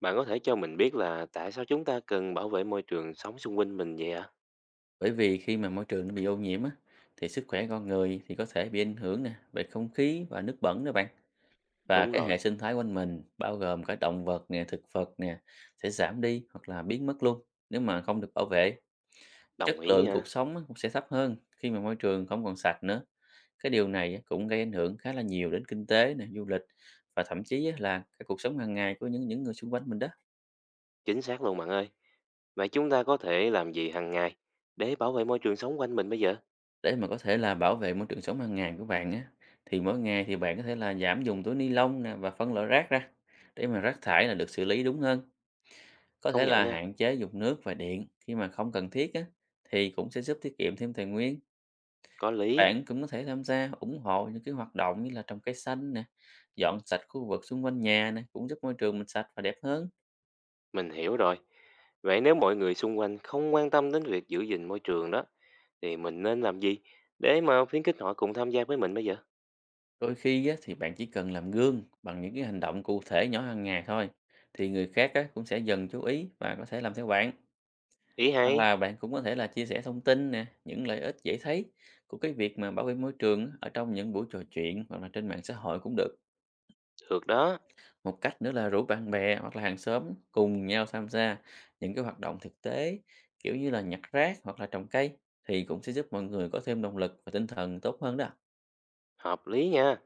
Bạn có thể cho mình biết là tại sao chúng ta cần bảo vệ môi trường sống xung quanh mình vậy ạ? Bởi vì khi mà môi trường nó bị ô nhiễm á, thì sức khỏe con người thì có thể bị ảnh hưởng nè về không khí và nước bẩn đó bạn. Và Đúng cái hệ rồi, sinh thái quanh mình bao gồm cả động vật nè, thực vật nè sẽ giảm đi hoặc là biến mất luôn nếu mà không được bảo vệ. Chất đồng ý lượng cuộc nha. sống á, cũng sẽ thấp hơn khi mà môi trường không còn sạch nữa. Cái điều này á, cũng gây ảnh hưởng khá là nhiều đến kinh tế nè, du lịch và thậm chí á, là cái cuộc sống hàng ngày của những người xung quanh mình đó. Chính xác luôn bạn ơi. Vậy chúng ta có thể làm gì hàng ngày để bảo vệ môi trường sống quanh mình bây giờ? Để mà có thể là bảo vệ môi trường sống hàng ngày của bạn á, thì mỗi ngày thì bạn có thể là giảm dùng túi ni lông nè và phân loại rác ra để mà rác thải là được xử lý đúng hơn. Có Công thể nhận là nha, hạn chế dùng nước và điện khi mà không cần thiết á, thì cũng sẽ giúp tiết kiệm thêm tài nguyên. có lý, Bạn cũng có thể tham gia ủng hộ những cái hoạt động như là trồng cây xanh nè, dọn sạch khu vực xung quanh nhà nè, cũng giúp môi trường mình sạch và đẹp hơn. mình hiểu rồi. Vậy nếu mọi người xung quanh không quan tâm đến việc giữ gìn môi trường đó, thì mình nên làm gì để mà khuyến khích họ cùng tham gia với mình bây giờ? Đôi khi á, thì bạn chỉ cần làm gương bằng những cái hành động cụ thể nhỏ hàng ngày thôi, thì người khác á, cũng sẽ dần chú ý và có thể làm theo bạn. Ý hay, Hoặc là bạn cũng có thể là chia sẻ thông tin nè, những lợi ích dễ thấy của cái việc mà bảo vệ môi trường á, ở trong những buổi trò chuyện hoặc là trên mạng xã hội cũng được. được đó, Một cách nữa là rủ bạn bè hoặc là hàng xóm cùng nhau tham gia những cái hoạt động thực tế kiểu như là nhặt rác hoặc là trồng cây thì cũng sẽ giúp mọi người có thêm động lực và tinh thần tốt hơn đó. hợp lý nha.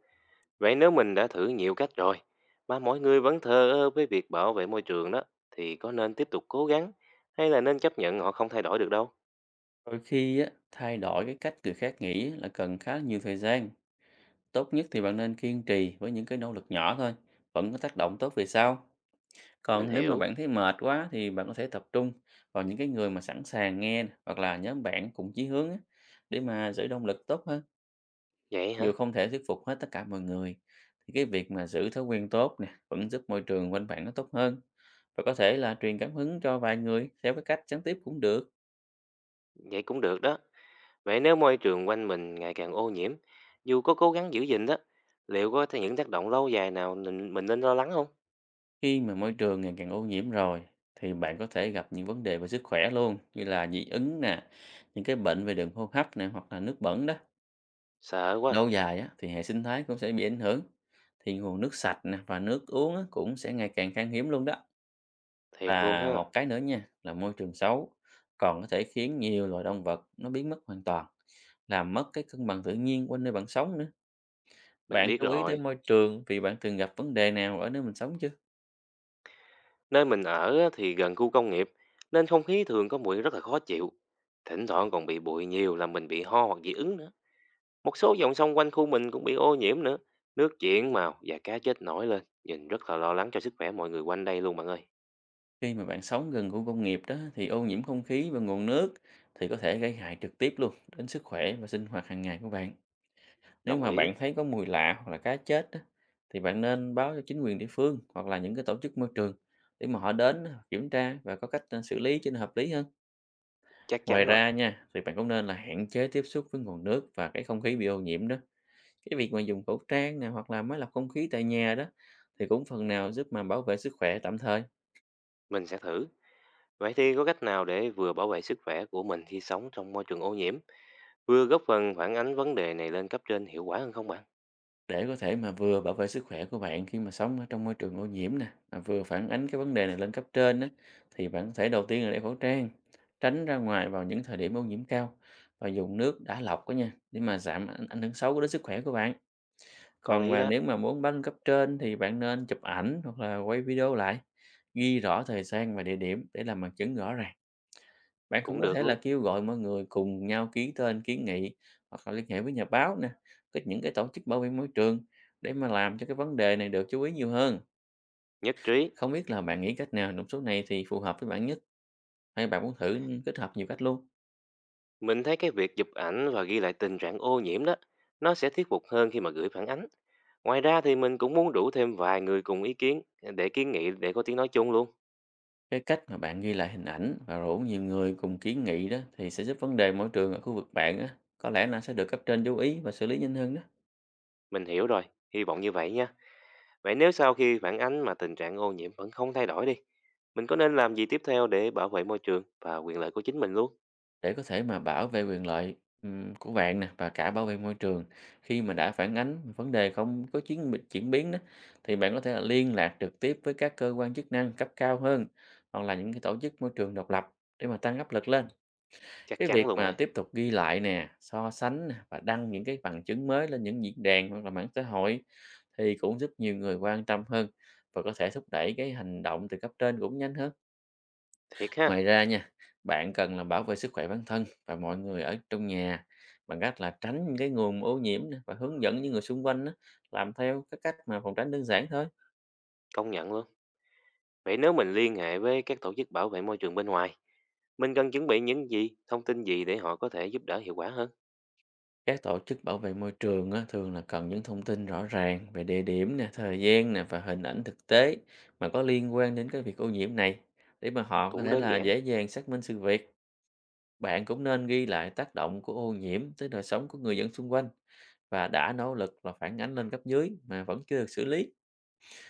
Vậy nếu mình đã thử nhiều cách rồi mà mọi người vẫn thờ ơ với việc bảo vệ môi trường đó thì có nên tiếp tục cố gắng hay là nên chấp nhận họ không thay đổi được đâu? Đôi khi á, thay đổi cái cách người khác nghĩ là cần khá nhiều thời gian. Tốt nhất thì bạn nên kiên trì với những cái nỗ lực nhỏ thôi, vẫn có tác động tốt về sau. Mình Còn nếu mà bạn hiểu. thấy mệt quá thì bạn có thể tập trung vào những cái người mà sẵn sàng nghe nè, hoặc là nhóm bạn cùng chí hướng á, để mà giữ động lực tốt hơn. Vậy Dù hả? không thể thuyết phục hết tất cả mọi người thì cái việc mà giữ thói quen tốt nè vẫn giúp môi trường quanh bạn nó tốt hơn và có thể là truyền cảm hứng cho vài người theo cái cách gián tiếp cũng được. Vậy cũng được đó. Vậy nếu môi trường quanh mình ngày càng ô nhiễm, dù có cố gắng giữ gìn đó, liệu có thể những tác động lâu dài nào mình nên lo lắng không? Khi mà môi trường ngày càng ô nhiễm rồi thì bạn có thể gặp những vấn đề về sức khỏe luôn như là dị ứng nè, những cái bệnh về đường hô hấp nè hoặc là nước bẩn đó. Sợ quá, Lâu dài á, thì hệ sinh thái cũng sẽ bị ảnh hưởng, thì nguồn nước sạch nè và nước uống á, cũng sẽ ngày càng khan hiếm luôn đó. thiệt luôn Và ha. một cái nữa nha là môi trường xấu còn có thể khiến nhiều loài động vật nó biến mất hoàn toàn, làm mất cái cân bằng tự nhiên quanh nơi bạn sống nữa. Mình Bạn biết chú ý rồi. đến môi trường vì bạn từng gặp vấn đề nào ở nơi mình sống chưa? Nơi mình ở á thì gần khu công nghiệp nên không khí thường có mùi rất là khó chịu. Thỉnh thoảng còn bị bụi nhiều làm mình bị ho hoặc dị ứng nữa. Một số dòng sông quanh khu mình cũng bị ô nhiễm nữa. Nước chuyển màu và cá chết nổi lên. Nhìn rất là lo lắng cho sức khỏe mọi người quanh đây luôn bạn ơi. Khi mà bạn sống gần khu công nghiệp đó thì ô nhiễm không khí và nguồn nước thì có thể gây hại trực tiếp luôn đến sức khỏe và sinh hoạt hàng ngày của bạn. Nếu Đồng mà ý, bạn thấy có mùi lạ hoặc là cá chết á, thì bạn nên báo cho chính quyền địa phương hoặc là những cái tổ chức môi trường để mà họ đến kiểm tra và có cách à, xử lý cho nó hợp lý hơn. chắc Ngoài chắn rồi. ra nha, thì bạn cũng nên là hạn chế tiếp xúc với nguồn nước và cái không khí bị ô nhiễm đó. Cái việc mà dùng khẩu trang nè hoặc là máy lọc không khí tại nhà đó thì cũng phần nào giúp mà bảo vệ sức khỏe tạm thời. Mình sẽ thử. Vậy thì có cách nào để vừa bảo vệ sức khỏe của mình khi sống trong môi trường ô nhiễm, vừa góp phần phản ánh vấn đề này lên cấp trên hiệu quả hơn không bạn? Để có thể mà vừa bảo vệ sức khỏe của bạn khi mà sống ở trong môi trường ô nhiễm nè, mà vừa phản ánh cái vấn đề này lên cấp trên đó, thì bạn có thể đầu tiên là đeo khẩu trang, tránh ra ngoài vào những thời điểm ô nhiễm cao và dùng nước đã lọc đó nha, để mà giảm ảnh ảnh hưởng xấu đến sức khỏe của bạn. Có Còn lý mà đó, nếu mà muốn báo lên cấp trên thì bạn nên chụp ảnh hoặc là quay video lại, ghi rõ thời gian và địa điểm để làm bằng chứng rõ ràng. Bạn cũng cũng có được thể là luôn. kêu gọi mọi người cùng nhau ký tên kiến nghị hoặc là liên hệ với nhà báo nè, những cái tổ chức bảo vệ môi trường để mà làm cho cái vấn đề này được chú ý nhiều hơn. Nhất trí, Không biết là bạn nghĩ cách nào trong số này thì phù hợp với bạn nhất? Hay bạn muốn thử kết hợp nhiều cách luôn? mình thấy cái việc chụp ảnh và ghi lại tình trạng ô nhiễm đó, nó sẽ thuyết phục hơn khi mà gửi phản ánh. Ngoài ra thì mình cũng muốn rủ thêm vài người cùng ý kiến để kiến nghị để có tiếng nói chung luôn. Cái cách mà bạn ghi lại hình ảnh và rủ nhiều người cùng kiến nghị đó thì sẽ giúp vấn đề môi trường ở khu vực bạn á, có lẽ là sẽ được cấp trên chú ý và xử lý nhanh hơn đó. Mình hiểu rồi, hy vọng như vậy nha. Vậy nếu sau khi phản ánh mà tình trạng ô nhiễm vẫn không thay đổi đi, mình có nên làm gì tiếp theo để bảo vệ môi trường và quyền lợi của chính mình luôn? Để có thể mà bảo vệ quyền lợi, của bạn nè và cả bảo vệ môi trường khi mà đã phản ánh vấn đề không có chiến bi chuyển biến đó, thì bạn có thể là liên lạc trực tiếp với các cơ quan chức năng cấp cao hơn hoặc là những cái tổ chức môi trường độc lập để mà tăng áp lực lên. Chắc Cái chắn việc luôn mà rồi, tiếp tục ghi lại nè, so sánh nè và đăng những cái bằng chứng mới lên những diễn đàn hoặc là mạng xã hội thì cũng giúp nhiều người quan tâm hơn và có thể thúc đẩy cái hành động từ cấp trên cũng nhanh hơn. thiệt ha, Ngoài ra nha, bạn cần là bảo vệ sức khỏe bản thân và mọi người ở trong nhà bằng cách là tránh những cái nguồn ô nhiễm nè và hướng dẫn những người xung quanh á, làm theo cái cách mà phòng tránh đơn giản thôi. công nhận luôn. Vậy nếu mình liên hệ với các tổ chức bảo vệ môi trường bên ngoài, mình cần chuẩn bị những gì, thông tin gì để họ có thể giúp đỡ hiệu quả hơn? Các tổ chức bảo vệ môi trường á, thường là cần những thông tin rõ ràng về địa điểm nè, thời gian nè và hình ảnh thực tế mà có liên quan đến cái việc ô nhiễm này để mà họ có Cũng thể đơn, ừ, là giản. dễ dàng xác minh sự việc. Bạn cũng nên ghi lại tác động của ô nhiễm tới đời sống của người dân xung quanh và đã nỗ lực là phản ánh lên cấp dưới mà vẫn chưa được xử lý.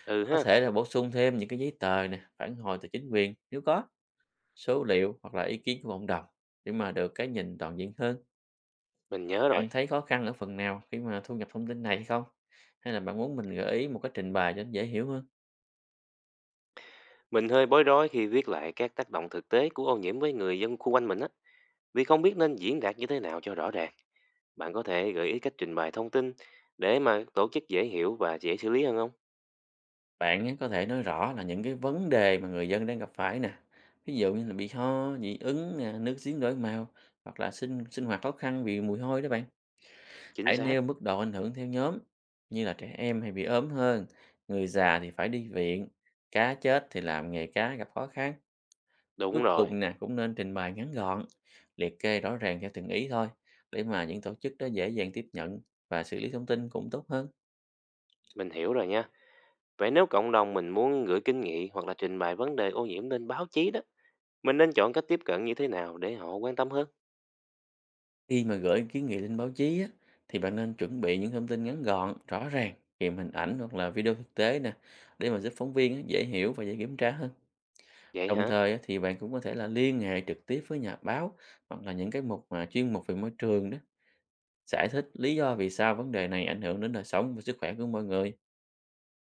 Ừ Có ha, thể là bổ sung thêm những cái giấy tờ nè, phản hồi từ chính quyền nếu có, số liệu hoặc là ý kiến của cộng đồng để mà được cái nhìn toàn diện hơn. mình nhớ rồi. Bạn thấy khó khăn ở phần nào khi mà thu nhập thông tin này hay không? Hay là bạn muốn mình gợi ý một cái trình bày cho nó dễ hiểu hơn? Mình hơi bối rối khi viết lại các tác động thực tế của ô nhiễm với người dân khu quanh mình á, vì không biết nên diễn đạt như thế nào cho rõ ràng. Bạn có thể gợi ý cách trình bày thông tin để mà tổ chức dễ hiểu và dễ xử lý hơn không? Bạn ấy có thể nói rõ là những cái vấn đề mà người dân đang gặp phải nè. Ví dụ như là bị ho, dị ứng, nè, nước giếng đổi màu hoặc là sinh sinh hoạt khó khăn vì mùi hôi đó bạn. Chính Hãy xác. nêu mức độ ảnh hưởng theo nhóm, như là trẻ em hay bị ốm hơn, người già thì phải đi viện, cá chết thì làm nghề cá gặp khó khăn. Cuối Đúng rồi, cùng nè cũng nên trình bày ngắn gọn, liệt kê rõ ràng theo từng ý thôi, để mà những tổ chức đó dễ dàng tiếp nhận và xử lý thông tin cũng tốt hơn. mình hiểu rồi nha. Vậy nếu cộng đồng mình muốn gửi kiến nghị hoặc là trình bày vấn đề ô nhiễm lên báo chí đó, mình nên chọn cách tiếp cận như thế nào để họ quan tâm hơn? Khi mà gửi kiến nghị lên báo chí á, thì bạn nên chuẩn bị những thông tin ngắn gọn, rõ ràng, kèm hình ảnh hoặc là video thực tế nè, để mà giúp phóng viên á, dễ hiểu và dễ kiểm tra hơn. Vậy Đồng hả? thời á, thì bạn cũng có thể là liên hệ trực tiếp với nhà báo hoặc là những cái mục mà chuyên mục về môi trường đó, giải thích lý do vì sao vấn đề này ảnh hưởng đến đời sống và sức khỏe của mọi người.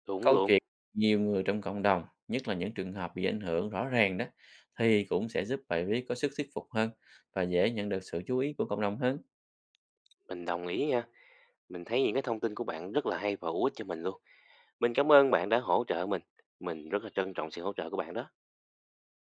Đúng Câu luôn, chuyện nhiều người trong cộng đồng, nhất là những trường hợp bị ảnh hưởng rõ ràng đó, thì cũng sẽ giúp bài viết có sức thuyết phục hơn và dễ nhận được sự chú ý của cộng đồng hơn. mình đồng ý nha. Mình thấy những cái thông tin của bạn rất là hay và hữu ích cho mình luôn. Mình cảm ơn bạn đã hỗ trợ mình. Mình rất là trân trọng sự hỗ trợ của bạn đó.